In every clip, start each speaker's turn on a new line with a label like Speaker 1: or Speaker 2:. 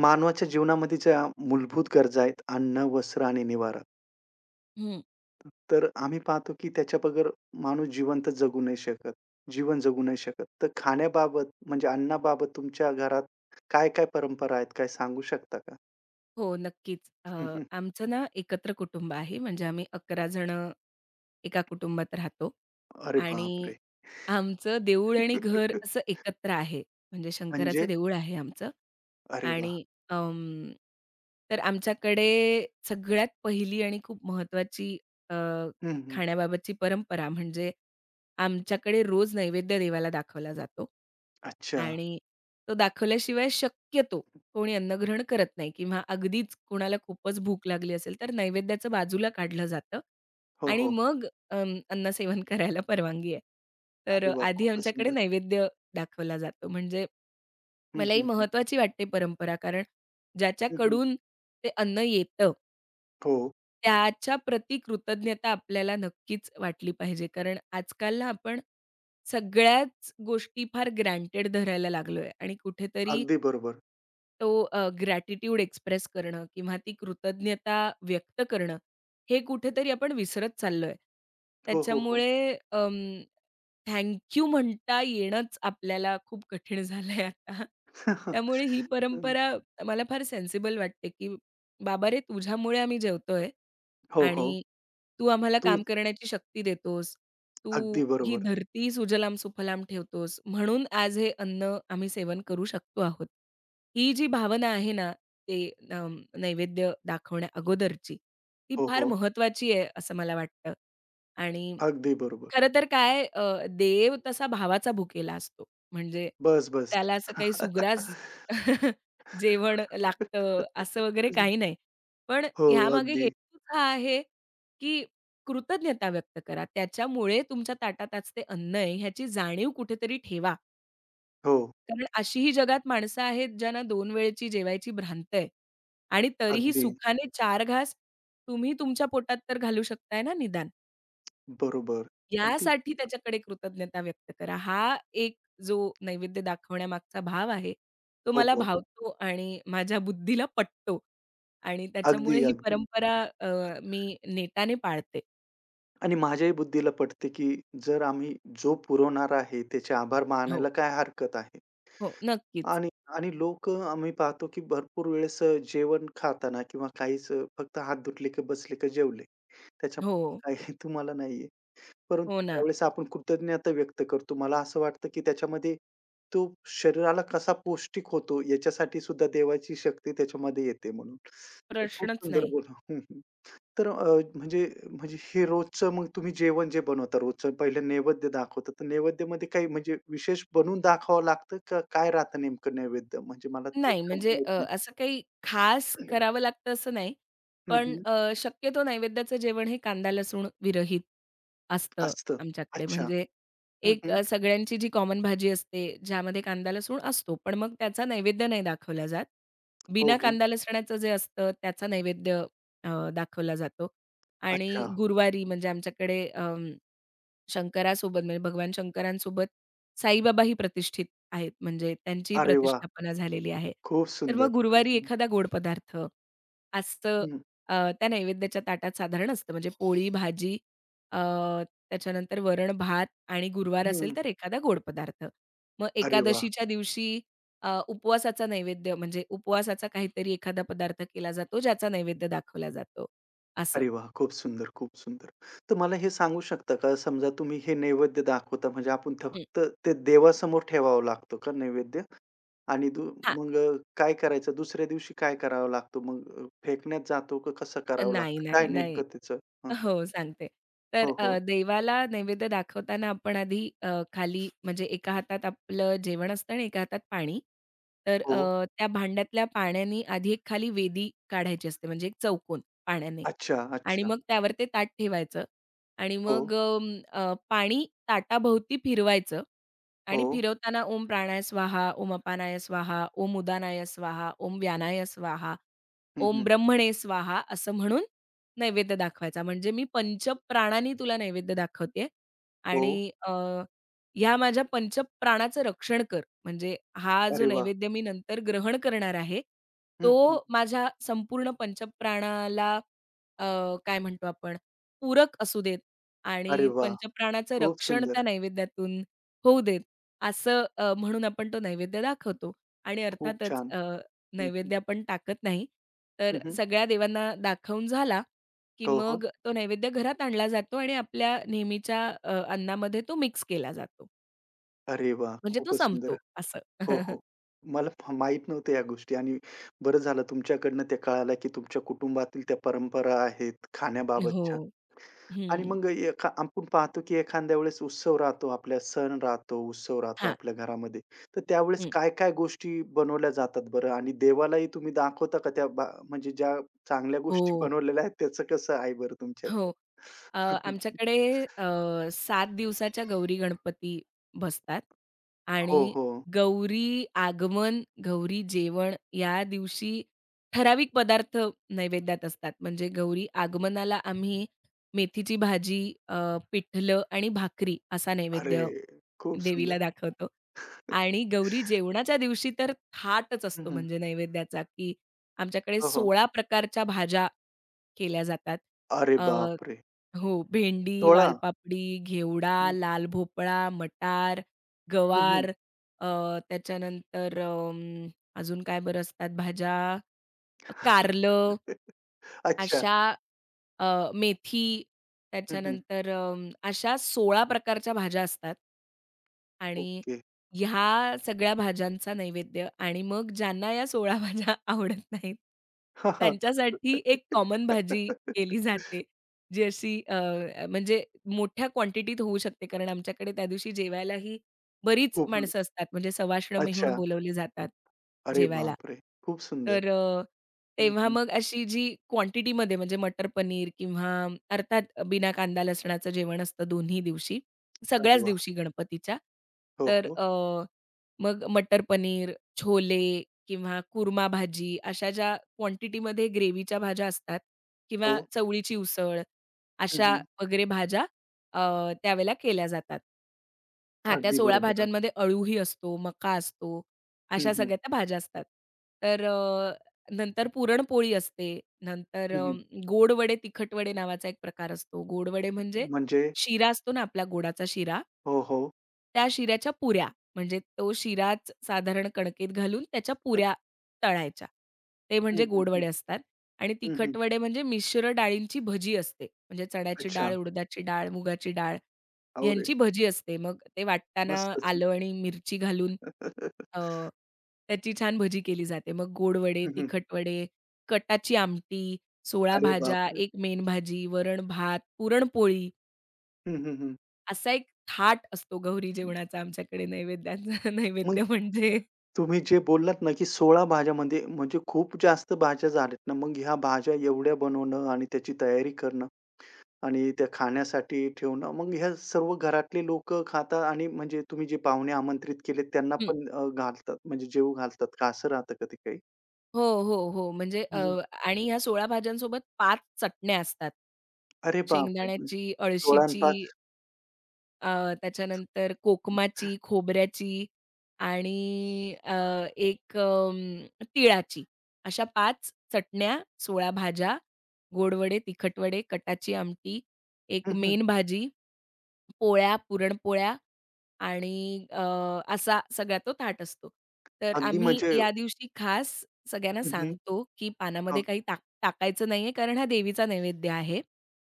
Speaker 1: मानवाच्या जीवनामध्ये ज्या मूलभूत गरजा आहेत, अन्न, वस्त्र आणि निवारा.
Speaker 2: हं.
Speaker 1: तर आम्ही पाहतो, की त्याच्या बगैर माणूस जिवंत जगू नाही शकत. जीवन जगू नाही शकत. तर खाण्याबाबत म्हणजे अन्नाबाबत तुमच्या घरात काय-काय परंपरा आहेत? काय सांगू शकता का?
Speaker 2: हो, नक्कीच.
Speaker 1: हम्म.
Speaker 2: आमचं ना एकत्र कुटुंब आहे म्हणजे आम्ही 11 जण एका कुटुंबात राहतो
Speaker 1: अरे
Speaker 2: आणि
Speaker 1: बापरे!
Speaker 2: आमचं देऊळ आणि घर असं एकत्र आहे. म्हणजे
Speaker 1: म्हणजे
Speaker 2: शंकराचं देऊळ आहे आमचं
Speaker 1: अरे वाह!
Speaker 2: आणि अं, तर आमच्याकडे सगळ्यात पहिली आणि खूप महत्वाची अ,
Speaker 1: हं, हं.
Speaker 2: खाण्याबाबतची परंपरा म्हणजे आमच्याकडे रोज नैवेद्य देवाला दाखवला जातो
Speaker 1: अच्छा.
Speaker 2: आणि तो दाखवल्याशिवाय शक्यतो कोणी अन्नग्रहण करत नाही किंवा अगदीच कोणाला खूपच भूक लागली असेल, तर नैवेद्याचं बाजूला काढलं जातं
Speaker 1: हो,
Speaker 2: आणि
Speaker 1: हो.
Speaker 2: मग अन्नसेवन करायला परवानगी आहे. तर
Speaker 1: अरे वाह!
Speaker 2: आधी
Speaker 1: खूपच
Speaker 2: आमच्याकडे
Speaker 1: सुंदर.
Speaker 2: नैवेद्य दाखवला जातो. म्हणजे
Speaker 1: हं,
Speaker 2: मला ही
Speaker 1: हं, हं.
Speaker 2: महत्वाची वाटते परंपरा, कारण
Speaker 1: हं, हं.
Speaker 2: ज्याच्याकडून ते अन्न येतं,
Speaker 1: हो.
Speaker 2: त्याच्या प्रती कृतज्ञता आपल्याला नक्कीच वाटली पाहिजे. कारण आजकाल ना आपण सगळ्याच गोष्टी फार ग्रँटेड धरायला लागलोय आणि कुठेतरी
Speaker 1: अगदी बरोबर.
Speaker 2: तो ग्रॅटिट्यूड एक्सप्रेस करणं किंवा ती कृतज्ञता व्यक्त करणं, हे कुठेतरी आपण विसरत चाललोय.
Speaker 1: हो, हो, हो.
Speaker 2: त्याच्यामुळे थँक यू म्हणता येणंच आपल्याला खूप कठीण झालंय आता. त्यामुळे ही परंपरा मला फार सेन्सिबल वाटते, की बाबा रे, तुझ्यामुळे आम्ही जेवतोय
Speaker 1: हो, हो.
Speaker 2: आणि तू आम्हाला
Speaker 1: तूप.
Speaker 2: काम करण्याची शक्ती देतोस. तू
Speaker 1: अगदी
Speaker 2: ही
Speaker 1: बरोबर.
Speaker 2: धरती सुजलाम सुफलाम ठेवतोस, म्हणून आज हे अन्न आम्ही सेवन करू शकतो आहोत. ही जी भावना आहे ना, ते नैवेद्य दाखवण्या अगोदरची, ती
Speaker 1: हो,
Speaker 2: फार
Speaker 1: हो.
Speaker 2: महत्त्वाची आहे असं मला वाटतं आणि
Speaker 1: अगदी बरोबर.
Speaker 2: खरं तर काय देव तसा भावाचा भुकेला असतो. म्हणजे
Speaker 1: बस, बस.
Speaker 2: त्याला असं काही सुग्रास जेवण लागतं असं वगैरे काही नाही. पण
Speaker 1: हो,
Speaker 2: ह्यामागे
Speaker 1: अगदी.
Speaker 2: हेतूच हा आहे, की कृतज्ञता व्यक्त करा. त्याच्यामुळे तुमच्या ताटात आज ते अन्न आहे ह्याची जाणीव कुठेतरी ठेवा.
Speaker 1: हो,
Speaker 2: कारण अशीही जगात माणसं आहेत ज्यांना 2 वेळेची जेवायची भ्रांत आहे आणि तरीही
Speaker 1: अगदी.
Speaker 2: सुखाने 4 घास तुम्ही तुमच्या पोटात तर घालू शकताय ना निदान.
Speaker 1: बरोबर. अगदी.
Speaker 2: यासाठी त्याच्याकडे कृतज्ञता व्यक्त करा. हा एक जो नैवेद्य दाखवण्यामागचा भाव आहे, तो
Speaker 1: हो,
Speaker 2: मला
Speaker 1: हो.
Speaker 2: भावतो आणि माझ्या बुद्धीला पटतो आणि
Speaker 1: अगदी,
Speaker 2: त्याच्यामुळे ही
Speaker 1: अगदी.
Speaker 2: परंपरा अ, मी नेटाने पाळते.
Speaker 1: आणि माझ्याही बुद्धीला पटते, की जर आम्ही जो पुरवणारा आहे, त्याचे आभार मानायला
Speaker 2: हो,
Speaker 1: काय हरकत आहे?
Speaker 2: हो, नक्कीच.
Speaker 1: आणि आणि लोकं आम्ही पाहतो, की भरपूर वेळेस जेवण खाताना किंवा काहीच फक्त हात धुतले, की बसले, की जेवले.
Speaker 2: हो,
Speaker 1: त्याच्यामुळे काही तुम्हाला नाही
Speaker 2: हो
Speaker 1: परंतु
Speaker 2: ना.
Speaker 1: ज्यावेळेस आपण कृतज्ञता व्यक्त करतो, मला असं वाटतं, की त्याच्यामध्ये तो शरीराला कसा पौष्टिक होतो याच्यासाठी सुद्धा देवाची शक्ती त्याच्यामध्ये येते म्हणून. खूप
Speaker 2: प्रश्नच
Speaker 1: सुंदर
Speaker 2: नाही.
Speaker 1: बोलला. हं, हं. तर म्हणजे म्हणजे हे रोजचं मग तुम्ही जेवण जे बनवता रोजचं पहिलं नैवेद्य दाखवता, तर नैवेद्यामध्ये काही म्हणजे विशेष बनवून दाखवावं लागतं का काय राहतं नेमकं नैवेद्य? म्हणजे मला ते
Speaker 2: नाही,
Speaker 1: पण
Speaker 2: म्हणजे
Speaker 1: माहीत
Speaker 2: असं काही खास
Speaker 1: नाही.
Speaker 2: करावं लागतं असं नाही.
Speaker 1: हं,
Speaker 2: पण
Speaker 1: हं.
Speaker 2: शक्यतो नैवेद्याचं जेवण हे कांदा लसूण विरहित असतं
Speaker 1: असतं.
Speaker 2: आमच्याकडे.
Speaker 1: अच्छा.
Speaker 2: म्हणजे
Speaker 1: हं,
Speaker 2: एक
Speaker 1: हं.
Speaker 2: सगळ्यांची जी कॉमन भाजी असते, ज्यामध्ये कांदा लसूण असतो, पण मग त्याचा नैवेद्य नाही दाखवला जात.
Speaker 1: हो,
Speaker 2: बिना
Speaker 1: हो.
Speaker 2: कांदा लसणाचं जे असतं, त्याचा नैवेद्य दाखवला जातो आणि
Speaker 1: अच्छा.
Speaker 2: गुरुवारी म्हणजे आमच्याकडे शंकरासोबत म्हणजे भगवान शंकरांसोबत साईबाबा ही प्रतिष्ठित आहेत, म्हणजे त्यांचीही
Speaker 1: अरे वाह!
Speaker 2: प्रतिष्ठापना झालेली आहे.
Speaker 1: खूप
Speaker 2: तर
Speaker 1: सुंदर,
Speaker 2: मग
Speaker 1: खूप
Speaker 2: गुरुवारी
Speaker 1: सुंदर.
Speaker 2: एखादा गोड पदार्थ असतं
Speaker 1: हं,
Speaker 2: अ, त्या नैवेद्याच्या ताटात साधारण असतं म्हणजे पोळी, भाजी अ, त्याच्यानंतर वरण-भात आणि गुरुवार
Speaker 1: हं.
Speaker 2: असेल तर एखादा गोड पदार्थ. मग
Speaker 1: अरे वाह!
Speaker 2: एकादशीच्या दिवशी उपवासाचा नैवेद्य म्हणजे उपवासाचा काहीतरी एखादा पदार्थ केला जातो, ज्याचा नैवेद्य दाखवला जातो असं.
Speaker 1: अरे वाह! खूप सुंदर, खूप सुंदर. तर मला हे सांगू शकता का, समजा तुम्ही हे नैवेद्य दाखवता, म्हणजे आपण थ
Speaker 2: हं.
Speaker 1: फक्त ते देवासमोर ठेवावं लागतो का नैवेद्य? आणि दु
Speaker 2: हां.
Speaker 1: मग काय करायचं? दुसऱ्या दिवशी काय करावा लागतो? मग फेकण्यात जातो का कसं करावं
Speaker 2: नाही,
Speaker 1: लागतं? काय
Speaker 2: नाही, नाही.
Speaker 1: नेमकं त्याचं? हं.
Speaker 2: हो, सांगते. तर
Speaker 1: हो, हो.
Speaker 2: देवाला नैवेद्य दाखवताना आपण आधी खाली म्हणजे एका हातात आपलं जेवण असतं आणि एका हातात पाणी. तर
Speaker 1: हो.
Speaker 2: त्या भांड्यातल्या पाण्यानी आधी एक खाली वेदी काढायची असते म्हणजे एक चौकोन पाण्याने
Speaker 1: अच्छा,
Speaker 2: आणि
Speaker 1: अच्छा.
Speaker 2: मग त्यावर ते ताट ठेवायचं आणि
Speaker 1: हो,
Speaker 2: मग अ, अ, पाणी ताटाभोवती फिरवायचं.
Speaker 1: हो.
Speaker 2: आणि फिरवताना ओम प्राणाय स्वाहा, ओम अपानाय स्वाहा, ओम उदानाय स्वाहा, ओम व्यानाय स्वाहा,
Speaker 1: हं,
Speaker 2: ओम
Speaker 1: हं.
Speaker 2: ब्रह्मणे स्वाहा असं म्हणून नैवेद्य दाखवायचा. म्हणजे मी पंचप्राणांनी तुला नैवेद्य दाखवतेय
Speaker 1: हो.
Speaker 2: आणि अ, ह्या माझ्या पंचप्राणाचं रक्षण कर. म्हणजे हा
Speaker 1: अरे
Speaker 2: जो
Speaker 1: वाह!
Speaker 2: नैवेद्य मी नंतर ग्रहण करणार आहे,
Speaker 1: हं, हं.
Speaker 2: तो माझ्या संपूर्ण पंचप्राणाला अ, काय म्हणतो आपण पूरक असू देत
Speaker 1: अरे
Speaker 2: आणि
Speaker 1: वाह!
Speaker 2: पंचप्राणाचं
Speaker 1: खूप
Speaker 2: रक्षण
Speaker 1: सुंदर.
Speaker 2: त्या नैवेद्यातून होऊ देत. असं म्हणून आपण तो नैवेद्य दाखवतो आणि
Speaker 1: खूप
Speaker 2: अर्थातच
Speaker 1: छान. हं, हं.
Speaker 2: नैवेद्य आपण टाकत नाही. तर
Speaker 1: हं, हं.
Speaker 2: सगळ्या देवांना दाखवून झाला, की
Speaker 1: हो, हो.
Speaker 2: मग तो नैवेद्य घरात आणला जातो आणि आपल्या नेहमीच्या अन्नामध्ये तो मिक्स केला जातो.
Speaker 1: अरे वाह!
Speaker 2: म्हणजे तो
Speaker 1: खूपच सुंदर.
Speaker 2: संपतो असं.
Speaker 1: हो, हो. मला फ माहीत नव्हत्या या गोष्टी आणि बरं झालं तुमच्याकडनं ते कळालं, की तुमच्या कुटुंबातील त्या परंपरा आहेत
Speaker 2: हो.
Speaker 1: खाण्याबाबतच्या आणि
Speaker 2: हं.
Speaker 1: मग एखा आपण पाहतो, की एखाद्या वेळेस उत्सव राहतो, आपल्या सण राहतो, उत्सव राहतो
Speaker 2: हां.
Speaker 1: आपल्या घरामध्ये. तर त्यावेळेस
Speaker 2: हं.
Speaker 1: काय-काय गोष्टी बनवल्या जातात बरं? आणि देवालाही तुम्ही दाखवता का त्या बा म्हणजे ज्या चांगल्या गोष्टी
Speaker 2: हो.
Speaker 1: बनवलेल्या आहेत त्याचं कसं आहे बरं तुमच्या
Speaker 2: हो. अ,
Speaker 1: ह्याच्यात?
Speaker 2: आमच्याकडे अ, 7 दिवसाच्या गौरी गणपती बसतात
Speaker 1: हो,
Speaker 2: आणि
Speaker 1: हो.
Speaker 2: गौरी आगमन, गौरी जेवण या दिवशी ठराविक पदार्थ नैवेद्यात असतात. म्हणजे गौरी आगमनाला आम्ही मेथीची भाजी, अ, पिठलं आणि भाकरी असा
Speaker 1: अरे!
Speaker 2: नैवेद्य
Speaker 1: खूप सुंदर.
Speaker 2: देवीला दाखवतो. आणि गौरी जेवणाच्या दिवशी तर थाटच असतो
Speaker 1: हं,
Speaker 2: म्हणजे नैवेद्याचा, की आमच्याकडे
Speaker 1: हो, हो.
Speaker 2: 16 प्रकारच्या भाज्या केल्या जातात.
Speaker 1: अरे बापरे!
Speaker 2: हो, भेंडी,
Speaker 1: सोळा?
Speaker 2: वालपापडी, घेवडा,
Speaker 1: हं,
Speaker 2: लाल भोपळा, मटार,
Speaker 1: हं, हं.
Speaker 2: गवार अ, त्याच्यानंतर अजून काय बरं असतात भाज्या, कारलं
Speaker 1: अच्छा.
Speaker 2: अशा मेथी,
Speaker 1: हं, हं.
Speaker 2: त्याच्यानंतर अशा 16 प्रकारच्या भाज्या असतात. आणि
Speaker 1: ओके.
Speaker 2: ह्या सगळ्या भाज्यांचा नैवेद्य आणि मग ज्यांना या 16 भाज्या आवडत नाहीत,
Speaker 1: हां, हां.
Speaker 2: त्यांच्यासाठी एक कॉमन भाजी केली जाते. जी अशी म्हणजे मोठ्या क्वांटिटीत होऊ शकते. कारण आमच्याकडे त्या दिवशी जेवायलाही बरीच
Speaker 1: खूप ल-
Speaker 2: माणसं असतात. म्हणजे सवाष्ण मेहून
Speaker 1: अच्छा.
Speaker 2: बोलवले जातात
Speaker 1: अरे
Speaker 2: जेवायला.
Speaker 1: बापरे! खूप सुंदर.
Speaker 2: तर
Speaker 1: हं,
Speaker 2: तेव्हा
Speaker 1: हं.
Speaker 2: मग अशी जी क्वांटिटीमध्ये म्हणजे मटर पनीर किंवा अर्थात बिना कांदा लसणाचं जेवण असतं दोन्ही दिवशी,
Speaker 1: अरे
Speaker 2: सगळ्याच
Speaker 1: वा,
Speaker 2: दिवशी गणपतीच्या.
Speaker 1: हो,
Speaker 2: तर
Speaker 1: हो.
Speaker 2: मग मटर पनीर, छोले किंवा कुर्मा भाजी अशा ज्या क्वांटिटीमध्ये ग्रेव्हीच्या भाज्या असतात
Speaker 1: हो.
Speaker 2: किंवा चवळीची उसळ
Speaker 1: हं,
Speaker 2: अशा
Speaker 1: हं.
Speaker 2: वगैरे भाज्या त्यावेळेला केल्या जातात. हां, त्या
Speaker 1: अगदी
Speaker 2: 16
Speaker 1: बरोबर. अगदी.
Speaker 2: भाज्यांमध्ये अळूही असतो, मका असतो,
Speaker 1: हं,
Speaker 2: अशा
Speaker 1: हं.
Speaker 2: सगळ्या त्या भाज्या असतात. तर नंतर पुरणपोळी असते. नंतर
Speaker 1: हं, हं.
Speaker 2: गोड वडे, तिखट वडे नावाचा एक प्रकार असतो. गोड वडे म्हणजे
Speaker 1: म्हणजे
Speaker 2: शिरा असतो ना आपला गोडाचा शिरा
Speaker 1: हो, हो.
Speaker 2: त्या शिऱ्याच्या पुऱ्या. म्हणजे तो शिराच साधारण कणकेत घालून त्याच्या पुऱ्या तळायच्या. ते
Speaker 1: हं,
Speaker 2: म्हणजे
Speaker 1: हं,
Speaker 2: गोड
Speaker 1: हं.
Speaker 2: वडे असतात. आणि
Speaker 1: हं, हं.
Speaker 2: तिखट म्हणजे मिश्र डाळींची भजी असते. म्हणजे चण्याची
Speaker 1: अच्छा.
Speaker 2: डाळ, उडदाची डाळ, मुगाची डाळ
Speaker 1: अरे!
Speaker 2: यांची भजी असते. मग ते वाटताना
Speaker 1: मस्तच.
Speaker 2: आलं आणि मिरची घालून अ, त्याची छान भजी केली जाते. मग गोड वडे,
Speaker 1: हं, हं.
Speaker 2: तिखट वडे, कटाची आमटी, 16
Speaker 1: अरे
Speaker 2: भाज्या,
Speaker 1: बापरे!
Speaker 2: एक मेन भाजी, वरण भात, पुरणपोळी
Speaker 1: हं, हं, हं.
Speaker 2: असा एक थाट असतो गौरी जेवणाचा आमच्याकडे नैवेद्याचा
Speaker 1: मग
Speaker 2: नैवेद्य म्हणजे
Speaker 1: तुम्ही जे बोललात ना, की 16 भाज्यामध्ये म्हणजे खूप जास्त भाज्या झाल्यात ना, मग ह्या भाज्या एवढ्या बनवणं आणि त्याची तयारी करणं आणि त्या खाण्यासाठी ठेवणं. मग ह्या सर्व घरातले लोकं खातात आणि म्हणजे तुम्ही जे पाहुणे आमंत्रित केलेत त्यांना
Speaker 2: हं.
Speaker 1: पण घालतात म्हणजे जेवू घालतात का असं राहतं कधी काही?
Speaker 2: हो, हो, हो. म्हणजे
Speaker 1: हं.
Speaker 2: आणि ह्या 16 भाज्यांसोबत 5 चटण्या असतात.
Speaker 1: अरे बापरे! म्हणजे
Speaker 2: शेंगदाण्याची,
Speaker 1: 16 आणि
Speaker 2: अळशीची
Speaker 1: 5
Speaker 2: त्याच्यानंतर कोकमाची, खोबऱ्याची आणि एक तिळाची अशा 5 चटण्या, 16 भाज्या, गोड वडे, कटाची आमटी, एक
Speaker 1: हं, हं.
Speaker 2: मेन भाजी पोळ्या, पुरणपोळ्या आणि अ, असा सगळा तो ताट असतो. तर
Speaker 1: अगदी
Speaker 2: आम्ही
Speaker 1: म्हणजे
Speaker 2: या दिवशी खास सगळ्यांना
Speaker 1: हं, हं.
Speaker 2: सांगतो, की
Speaker 1: हो,
Speaker 2: पानामध्ये काही टाक टाकायचं नाहीये, कारण हा देवीचा नैवेद्य आहे.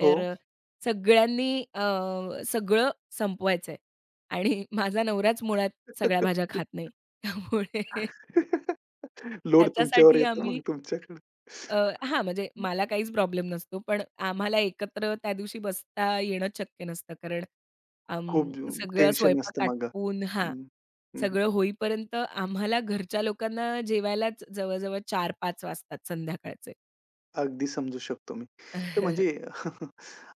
Speaker 1: हो.
Speaker 2: तर सगळ्यांनी सगळं संपवायचंय आणि माझा नवराच मुळात सगळ्या भाज्या खात नाही. त्यामुळे
Speaker 1: लोड तुमच्यावर
Speaker 2: त्याच्यासाठी
Speaker 1: येतो मग
Speaker 2: आम्ही
Speaker 1: तुमच्याकडे.
Speaker 2: अ, हां, म्हणजे मला काहीच प्रॉब्लेम नसतो. पण आम्हाला एकत्र त्या दिवशी बसता येणं शक्य नसतं. कारण
Speaker 1: खूप
Speaker 2: सगळं
Speaker 1: टेन्शन असतं
Speaker 2: स्वयंपाक
Speaker 1: मग.
Speaker 2: आटपून हां,
Speaker 1: हं, हं, हं.
Speaker 2: सगळं होईपर्यंत आम्हाला घरच्या लोकांना जेवायलाच जवळ-जवळ 4-5 वाजतात संध्याकाळचे.
Speaker 1: अगदी समजू शकतो मी. तर म्हणजे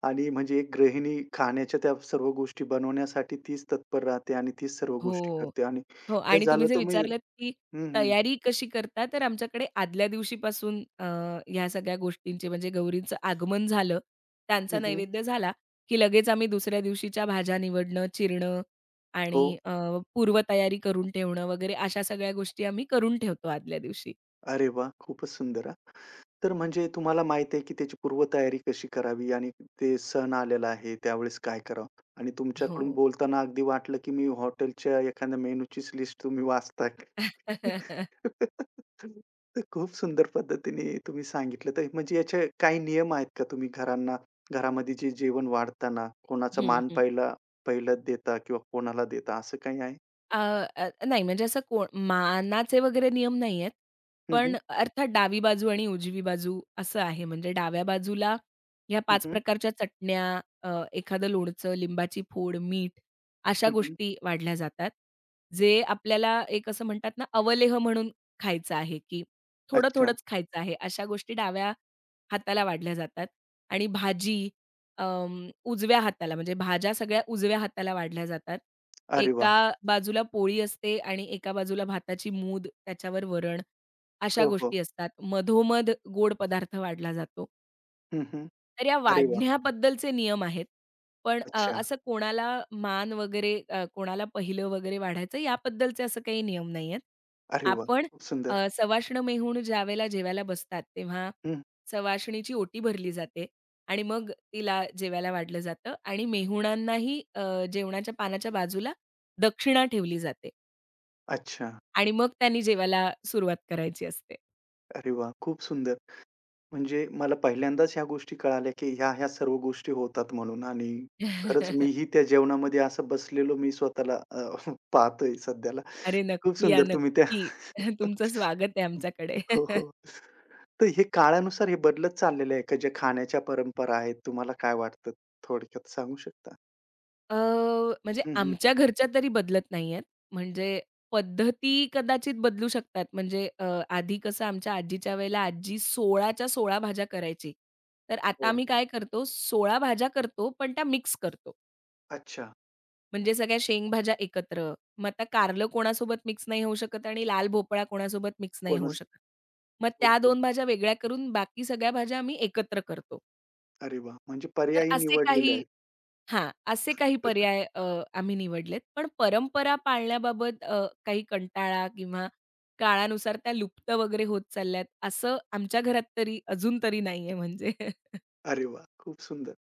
Speaker 1: आणि म्हणजे एक गृहिणी खाण्याच्या त्या सर्व गोष्टी बनवण्यासाठी तीच तत्पर राहते आणि तीच सर्व गोष्टी
Speaker 2: हो.
Speaker 1: करते आणि
Speaker 2: हो
Speaker 1: हे
Speaker 2: आणि
Speaker 1: झालं
Speaker 2: तुम्ही जे
Speaker 1: तर मी
Speaker 2: विचारलत, की
Speaker 1: हं, हं.
Speaker 2: तयारी कशी करता? तर आमच्याकडे आदल्या दिवशीपासून ह्या सगळ्या गोष्टींची म्हणजे गौरींचं आगमन झालं, त्यांचा
Speaker 1: हं, हं.
Speaker 2: नैवेद्य झाला, की लगेच आम्ही दुसऱ्या दिवशीच्या भाज्या निवडणं, चिरणं
Speaker 1: हो.
Speaker 2: आणि पूर्वतयारी करून ठेवणं वगैरे अशा सगळ्या गोष्टी आम्ही करून ठेवतो आदल्या दिवशी.
Speaker 1: अरे वा खूपच सुंदर हां. तर म्हणजे तुम्हाला माहिती आहे, की त्याची पूर्वतयारी कशी करावी आणि ते सण आलेला आहे, त्यावेळेस काय करावं? आणि
Speaker 2: हो.
Speaker 1: तुमच्याकडून बोलताना अगदी वाटलं, की मी हॉटेलच्या एखाद्या मेनूचीच लिस्ट तुम्ही वाचताय. तर खूप सुंदर पद्धतीने तुम्ही सांगितलं. तर म्हणजे याचे काही नियम आहेत का तुम्ही घरांना घरामध्ये जे जेवण वाढताना कोणाचा
Speaker 2: हं,
Speaker 1: मान
Speaker 2: हं,
Speaker 1: पहिला पहिला देता किंवा कोणाला देता असं काही आहे?
Speaker 2: अ, अ, नाही म्हणजे असं कोण मानाचे वगैरे नियम नाहीयेत.
Speaker 1: हं, हं.
Speaker 2: पण अर्थात डावी बाजू आणि उजवी बाजू असं आहे. म्हणजे डाव्या बाजूला ह्या
Speaker 1: हं,
Speaker 2: पाच
Speaker 1: हं.
Speaker 2: प्रकारच्या चटण्या, एखादं लोणचं, लिंबाची फोड, मीठ अशा गोष्टी वाढल्या जातात. जे आपल्याला एक असं म्हणतात ना, अवलेह म्हणून खायचं आहे, की
Speaker 1: अच्छा.
Speaker 2: थोडं-थोडंच खायचं आहे. अशा गोष्टी डाव्या हाताला वाढल्या जातात आणि भाजी उजव्या हाताला म्हणजे भाज्या सगळ्या उजव्या हाताला वाढल्या जातात.
Speaker 1: अरे वाह!
Speaker 2: एका बाजूला पोळी असते आणि एका बाजूला भाताची मूद, त्याच्यावर वरण, अशा
Speaker 1: हो, हो.
Speaker 2: गोष्टी असतात. मधोमध गोड पदार्थ वाढला जातो.
Speaker 1: हं, हं.
Speaker 2: तर या
Speaker 1: अरे वाह!
Speaker 2: वाढण्याबद्दलचे नियम आहेत. पण
Speaker 1: अच्छा.
Speaker 2: असं कोणाला मान वगैरे कोणाला पहिलं वगैरे वाढायचं याबद्दलचे असं काही नियम नाहीयेत.
Speaker 1: अरे वाह!
Speaker 2: आपण
Speaker 1: खूप सुंदर.
Speaker 2: सवाष्ण मेहूण ज्यावेळेला जेवायला बसतात, तेव्हा
Speaker 1: हं.
Speaker 2: सवाष्णीची ओटी भरली जाते आणि मग तिला जेवायला वाढलं जातं आणि मेहुणांनाही जेवणाच्या पानाच्या बाजूला दक्षिणा ठेवली जाते
Speaker 1: अच्छा.
Speaker 2: आणि मग त्यांनी जेवायला सुरुवात करायची असते.
Speaker 1: अरे वाह! खूप सुंदर. म्हणजे मला पहिल्यांदाच ह्या गोष्टी कळाल्या, की ह्या-ह्या सर्व गोष्टी होतात म्हणून आणि खरंच मीही त्या जेवणामध्ये असं बसलेलो मी स्वतःला पाहतोय सध्याला.
Speaker 2: अरे,
Speaker 1: खूप
Speaker 2: नक्की या,
Speaker 1: सुंदर तुम्ही त्या
Speaker 2: नक्की. तुमचं स्वागत आहे आमच्याकडे.
Speaker 1: हो, हो. तर हे काळानुसार हे बदलत चाललेलं आहे का ज्या खाण्याच्या परंपरा आहेत? तुम्हाला काय वाटतं? थोडक्यात सांगू शकता?
Speaker 2: अ, म्हणजे
Speaker 1: हं, हं.
Speaker 2: आमच्या घरच्या तरी बदलत नाहीयेत. म्हणजे पद्धती कदाचित बदलू शकतात. म्हणजे आधी कसं आमच्या आजीच्या वेळेला आजी 16च्या 16 भाज्या करायची. तर आता
Speaker 1: हो.
Speaker 2: आम्ही काय करतो 16 भाज्या करतो, पण त्या मिक्स करतो.
Speaker 1: अच्छा.
Speaker 2: म्हणजे सगळ्या शेंगभाज्या एकत्र. मग आता कारलं कोणासोबत मिक्स नाही होऊ शकत आणि लाल भोपळा कोणासोबत मिक्स नाही होऊ
Speaker 1: कोणास
Speaker 2: शकत. मग त्या
Speaker 1: ओके.
Speaker 2: 2 भाज्या वेगळ्या करून बाकी सगळ्या भाज्या आम्ही एकत्र करतो.
Speaker 1: अरे वाह! म्हणजे
Speaker 2: तर
Speaker 1: पर्यायी
Speaker 2: असे
Speaker 1: निवडलेले
Speaker 2: काही
Speaker 1: आहेत.
Speaker 2: हां, असे काही पर्याय आम्ही निवडलेत. पण परंपरा पाळण्याबाबत काही कंटाळा किंवा काळानुसार त्या लुप्त वगैरे होत चालल्यात, असं आमच्या घरात तरी अजून तरी नाहीये म्हणजे.
Speaker 1: अरे वाह! खूप सुंदर.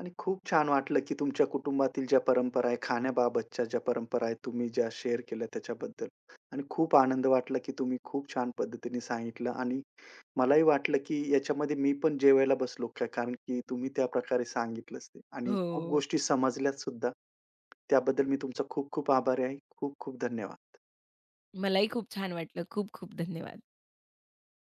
Speaker 1: आणि खूप छान वाटलं, की तुमच्या कुटुंबातील ज्या परंपरा आहे, खाण्याबाबतच्या ज्या परंपरा आहेत, तुम्ही ज्या शेअर केल्या त्याच्याबद्दल. आणि खूप आनंद वाटला, की तुम्ही खूप छान पद्धतीने सांगितलं आणि मलाही वाटलं, की याच्यामध्ये मी पण जेवायला बसलो का? कारण की तुम्ही त्या प्रकारे सांगितलंच ते आणि खूप
Speaker 2: हो.
Speaker 1: गोष्टी समजल्यात सुद्धा. त्याबद्दल मी तुमचा खूप खूप आभारी आहे. खूप खूप धन्यवाद.
Speaker 2: मलाही खूप छान वाटलं. खूप खूप धन्यवाद.